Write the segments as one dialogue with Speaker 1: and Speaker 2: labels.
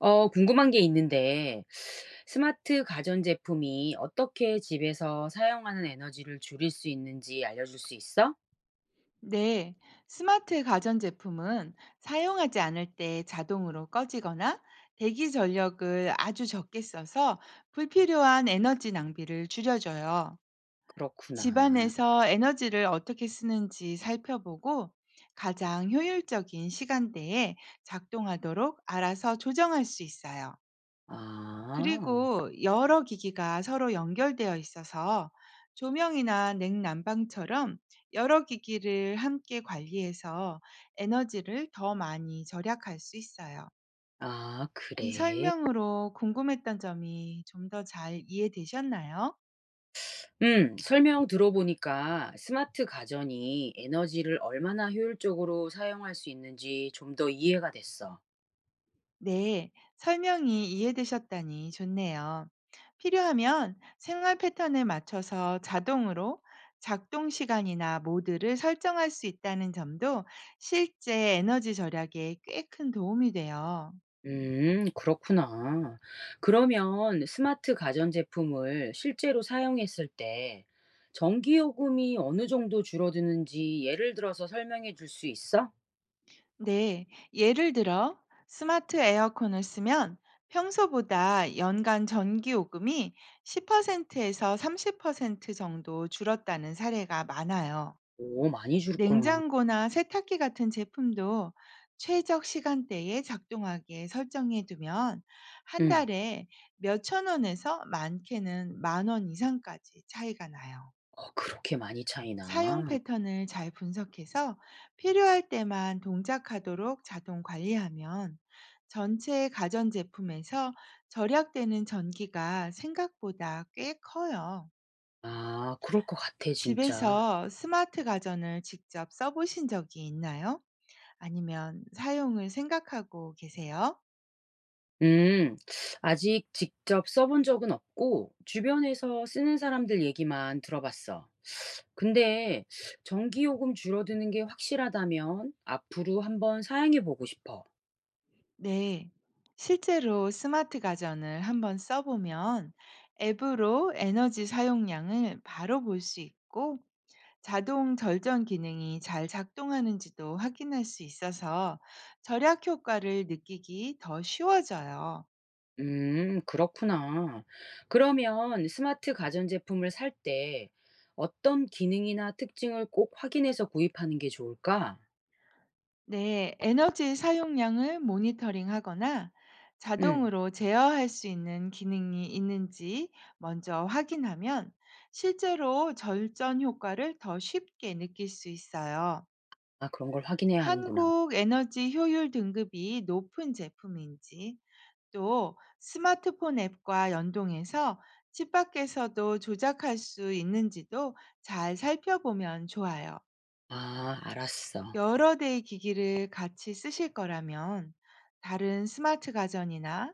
Speaker 1: 어 궁금한 게 있는데 스마트 가전제품이 어떻게 집에서 사용하는 에너지를 줄일 수 있는지 알려줄 수 있어?
Speaker 2: 네, 스마트 가전제품은 사용하지 않을 때 자동으로 꺼지거나 대기 전력을 아주 적게 써서 불필요한 에너지 낭비를 줄여줘요.
Speaker 1: 그렇구나.
Speaker 2: 집안에서 에너지를 어떻게 쓰는지 살펴보고 가장 효율적인 시간대에 작동하도록 알아서 조정할 수 있어요.
Speaker 1: 아.
Speaker 2: 그리고 여러 기기가 서로 연결되어 있어서 조명이나 냉난방처럼 여러 기기를 함께 관리해서 에너지를 더 많이 절약할 수 있어요.
Speaker 1: 아
Speaker 2: 이
Speaker 1: 그래.
Speaker 2: 설명으로 궁금했던 점이 좀 더 잘 이해되셨나요?
Speaker 1: 설명 들어보니까 스마트 가전이 에너지를 얼마나 효율적으로 사용할 수 있는지 좀 더 이해가 됐어.
Speaker 2: 네, 설명이 이해되셨다니 좋네요. 필요하면 생활 패턴에 맞춰서 자동으로 작동 시간이나 모드를 설정할 수 있다는 점도 실제 에너지 절약에 꽤 큰 도움이 돼요.
Speaker 1: 그렇구나. 그러면 스마트 가전제품을 실제로 사용했을 때 전기요금이 어느 정도 줄어드는지 예를 들어서 설명해 줄 수 있어?
Speaker 2: 네, 예를 들어 스마트 에어컨을 쓰면 평소보다 연간 전기 요금이 10%에서 30% 정도 줄었다는 사례가 많아요.
Speaker 1: 오, 많이 줄구나.
Speaker 2: 냉장고나 세탁기 같은 제품도 최적 시간대에 작동하게 설정해 두면 한
Speaker 1: 응.
Speaker 2: 달에 몇천 원에서 많게는 만원 이상까지 차이가 나요.
Speaker 1: 어, 그렇게 많이
Speaker 2: 사용
Speaker 1: 차이나?
Speaker 2: 패턴을 잘 분석해서 필요할 때만 동작하도록 자동 관리하면 전체 가전제품에서 절약되는 전기가 생각보다 꽤 커요.
Speaker 1: 아, 그럴 것 같아, 진짜.
Speaker 2: 집에서 스마트 가전을 직접 써보신 적이 있나요? 아니면 사용을 생각하고 계세요?
Speaker 1: 음. 아직 직접 써본 적은 없고 주변에서 쓰는 사람들 얘기만 들어봤어. 근데 전기요금 줄어드는 게 확실하다면 앞으로 한번 사용해 보고 싶어.
Speaker 2: 네. 실제로 스마트 가전을 한번 써보면 앱으로 에너지 사용량을 바로 볼 수 있고 자동 절전 기능이 잘 작동하는지도 확인할 수 있어서 절약 효과를 느끼기 더 쉬워져요.
Speaker 1: 그렇구나. 그러면 스마트 가전제품을 살 때 어떤 기능이나 특징을 꼭 확인해서 구입하는 게 좋을까?
Speaker 2: 네, 에너지 사용량을 모니터링하거나
Speaker 1: 음.
Speaker 2: 자동으로 제어할 수 있는 기능이 있는지 먼저 확인하면 실제로 절전 효과를 더 쉽게 느낄 수 있어요.
Speaker 1: 아 그런 걸 확인해야 하는구나.
Speaker 2: 한국 에너지 효율 등급이 높은 제품인지 또 스마트폰 앱과 연동해서 집 밖에서도 조작할 수 있는지도 잘 살펴보면 좋아요.
Speaker 1: 아 알았어.
Speaker 2: 여러 대의 기기를 같이 쓰실 거라면 다른 스마트 가전이나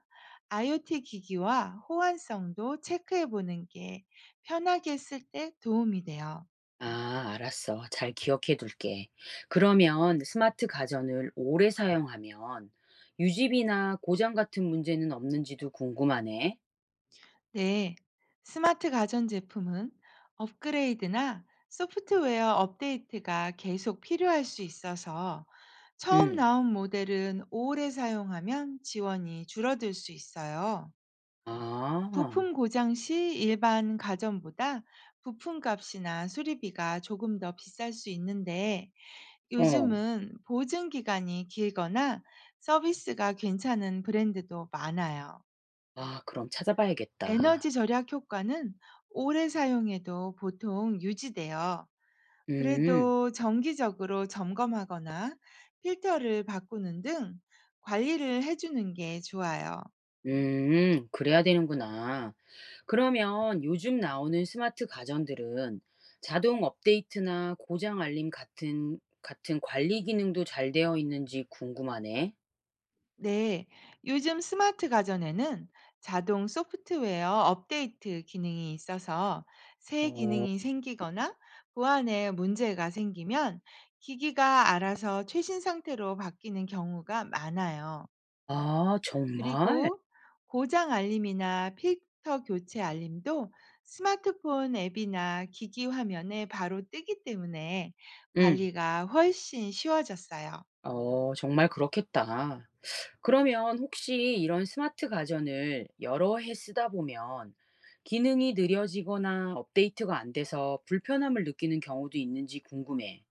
Speaker 2: IoT 기기와 호환성도 체크해 보는 게 편하게 쓸 때 도움이 돼요.
Speaker 1: 아 알았어. 잘 기억해 둘게. 그러면 스마트 가전을 오래 사용하면 유지비나 고장 같은 문제는 없는지도 궁금하네.
Speaker 2: 네. 스마트 가전 제품은 업그레이드나 소프트웨어 업데이트가 계속 필요할 수 있어서 처음
Speaker 1: 음.
Speaker 2: 나온 모델은 오래 사용하면 지원이 줄어들 수 있어요.
Speaker 1: 아.
Speaker 2: 부품 고장 시 일반 가전보다 부품값이나 수리비가 조금 더 비쌀 수 있는데,
Speaker 1: 어.
Speaker 2: 요즘은 보증 기간이 길거나 서비스가 괜찮은 브랜드도 많아요.
Speaker 1: 아 그럼 찾아봐야겠다.
Speaker 2: 에너지 절약 효과는 오래 사용해도 보통 유지돼요.
Speaker 1: 음.
Speaker 2: 그래도 정기적으로 점검하거나 필터를 바꾸는 등 관리를 해주는 게 좋아요.
Speaker 1: 그래야 되는구나. 그러면 요즘 나오는 스마트 가전들은 자동 업데이트나 고장 알림 같은 관리 기능도 잘 되어 있는지 궁금하네.
Speaker 2: 네, 요즘 스마트 가전에는 자동 소프트웨어 업데이트 기능이 있어서 새
Speaker 1: 어,
Speaker 2: 기능이 생기거나 보안에 문제가 생기면 기기가 알아서 최신 상태로 바뀌는 경우가 많아요.
Speaker 1: 아, 정말?
Speaker 2: 그리고 고장 알림이나 필터 교체 알림도 스마트폰 앱이나 기기 화면에 바로 뜨기 때문에
Speaker 1: 응,
Speaker 2: 관리가 훨씬 쉬워졌어요.
Speaker 1: 어, 정말 그렇겠다. 그러면 혹시 이런 스마트 가전을 여러 해 쓰다 보면 기능이 느려지거나 업데이트가 안 돼서 불편함을 느끼는 경우도 있는지 궁금해.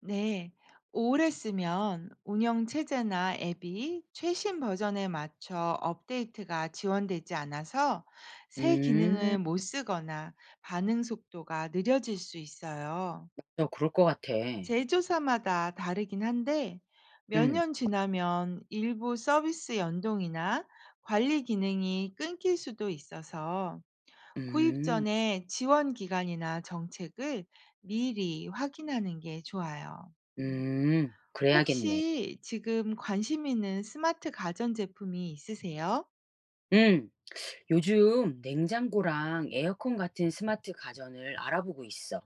Speaker 2: 네, 오래 쓰면 운영 체제나 앱이 최신 버전에 맞춰 업데이트가 지원되지 않아서 새
Speaker 1: 음.
Speaker 2: 기능을 못 쓰거나 반응 속도가 느려질 수 있어요.
Speaker 1: 어 그럴 것 같아.
Speaker 2: 제조사마다 다르긴 한데, 몇
Speaker 1: 음.
Speaker 2: 년 지나면 일부 서비스 연동이나 관리 기능이 끊길 수도 있어서 구입
Speaker 1: 음.
Speaker 2: 전에 지원 기간이나 정책을 미리 확인하는 게 좋아요.
Speaker 1: 음. 그래야겠네.
Speaker 2: 혹시 지금 관심 있는 스마트 가전제품이 있으세요?
Speaker 1: 음. 요즘 냉장고랑 에어컨 같은 스마트 가전을 알아보고 있어.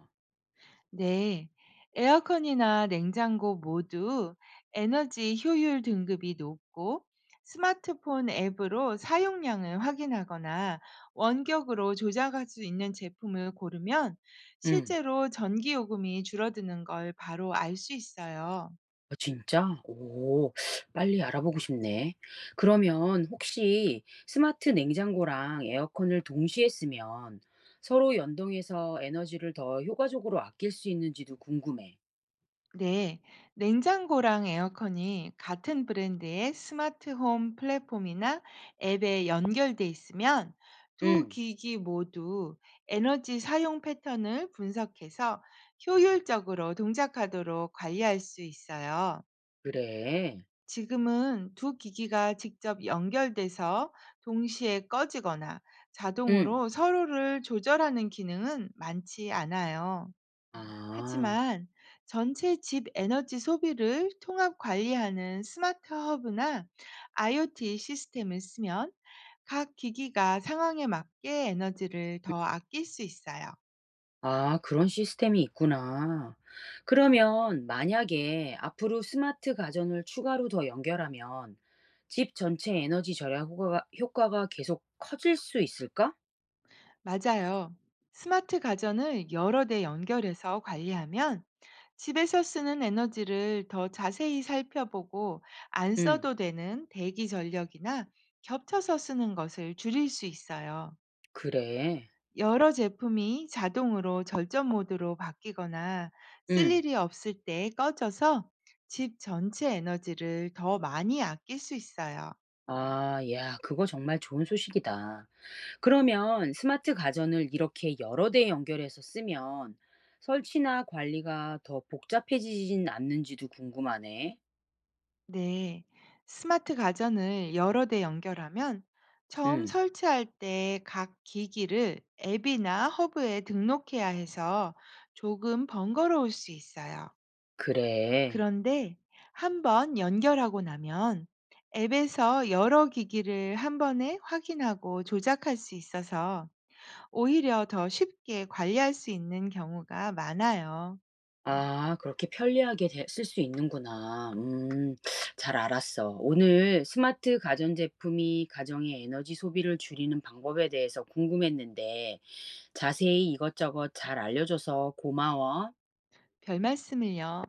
Speaker 2: 네. 에어컨이나 냉장고 모두 에너지 효율 등급이 높고 스마트폰 앱으로 사용량을 확인하거나 원격으로 조작할 수 있는 제품을 고르면
Speaker 1: 음.
Speaker 2: 실제로 전기 요금이 줄어드는 걸 바로 알 수 있어요.
Speaker 1: 아 진짜? 오. 빨리 알아보고 싶네. 그러면 혹시 스마트 냉장고랑 에어컨을 동시에 쓰면 서로 연동해서 에너지를 더 효과적으로 아낄 수 있는지도 궁금해.
Speaker 2: 네, 냉장고랑 에어컨이 같은 브랜드의 스마트홈 플랫폼이나 앱에 연결돼 있으면 두
Speaker 1: 음.
Speaker 2: 기기 모두 에너지 사용 패턴을 분석해서 효율적으로 동작하도록 관리할 수 있어요.
Speaker 1: 그래?
Speaker 2: 지금은 두 기기가 직접 연결돼서 동시에 꺼지거나
Speaker 1: 음.
Speaker 2: 자동으로 서로를 조절하는 기능은 많지 않아요.
Speaker 1: 아.
Speaker 2: 하지만 전체 집 에너지 소비를 통합 관리하는 스마트 허브나 IoT 시스템을 쓰면 각 기기가 상황에 맞게 에너지를 더 아낄 수 있어요.
Speaker 1: 아, 그런 시스템이 있구나. 그러면 만약에 앞으로 스마트 가전을 추가로 더 연결하면 집 전체 에너지 절약 효과가 계속 커질 수 있을까?
Speaker 2: 맞아요. 스마트 가전을 여러 대 연결해서 관리하면 집에서 쓰는 에너지를 더 자세히 살펴보고 안
Speaker 1: 응,
Speaker 2: 써도 되는 대기 전력이나 겹쳐서 쓰는 것을 줄일 수 있어요.
Speaker 1: 그래.
Speaker 2: 여러 제품이 자동으로 절전 모드로 바뀌거나 쓸
Speaker 1: 응.
Speaker 2: 일이 없을 때 꺼져서 집 전체 에너지를 더 많이 아낄 수 있어요.
Speaker 1: 아, 야, 그거 정말 좋은 소식이다. 그러면 스마트 가전을 이렇게 여러 대 연결해서 쓰면 설치나 관리가 더 복잡해지진 않는지도 궁금하네.
Speaker 2: 네. 스마트 가전을 여러 대 연결하면 처음
Speaker 1: 응,
Speaker 2: 설치할 때 각 기기를 앱이나 허브에 등록해야 해서 조금 번거로울 수 있어요.
Speaker 1: 그래.
Speaker 2: 그런데 한번 연결하고 나면 앱에서 여러 기기를 한 번에 확인하고 조작할 수 있어서 오히려 더 쉽게 관리할 수 있는 경우가 많아요.
Speaker 1: 아 그렇게 편리하게 쓸 수 있는구나. 잘 알았어. 오늘 스마트 가전제품이 가정의 에너지 소비를 줄이는 방법에 대해서 궁금했는데 자세히 이것저것 잘 알려줘서 고마워.
Speaker 2: 별 말씀을요.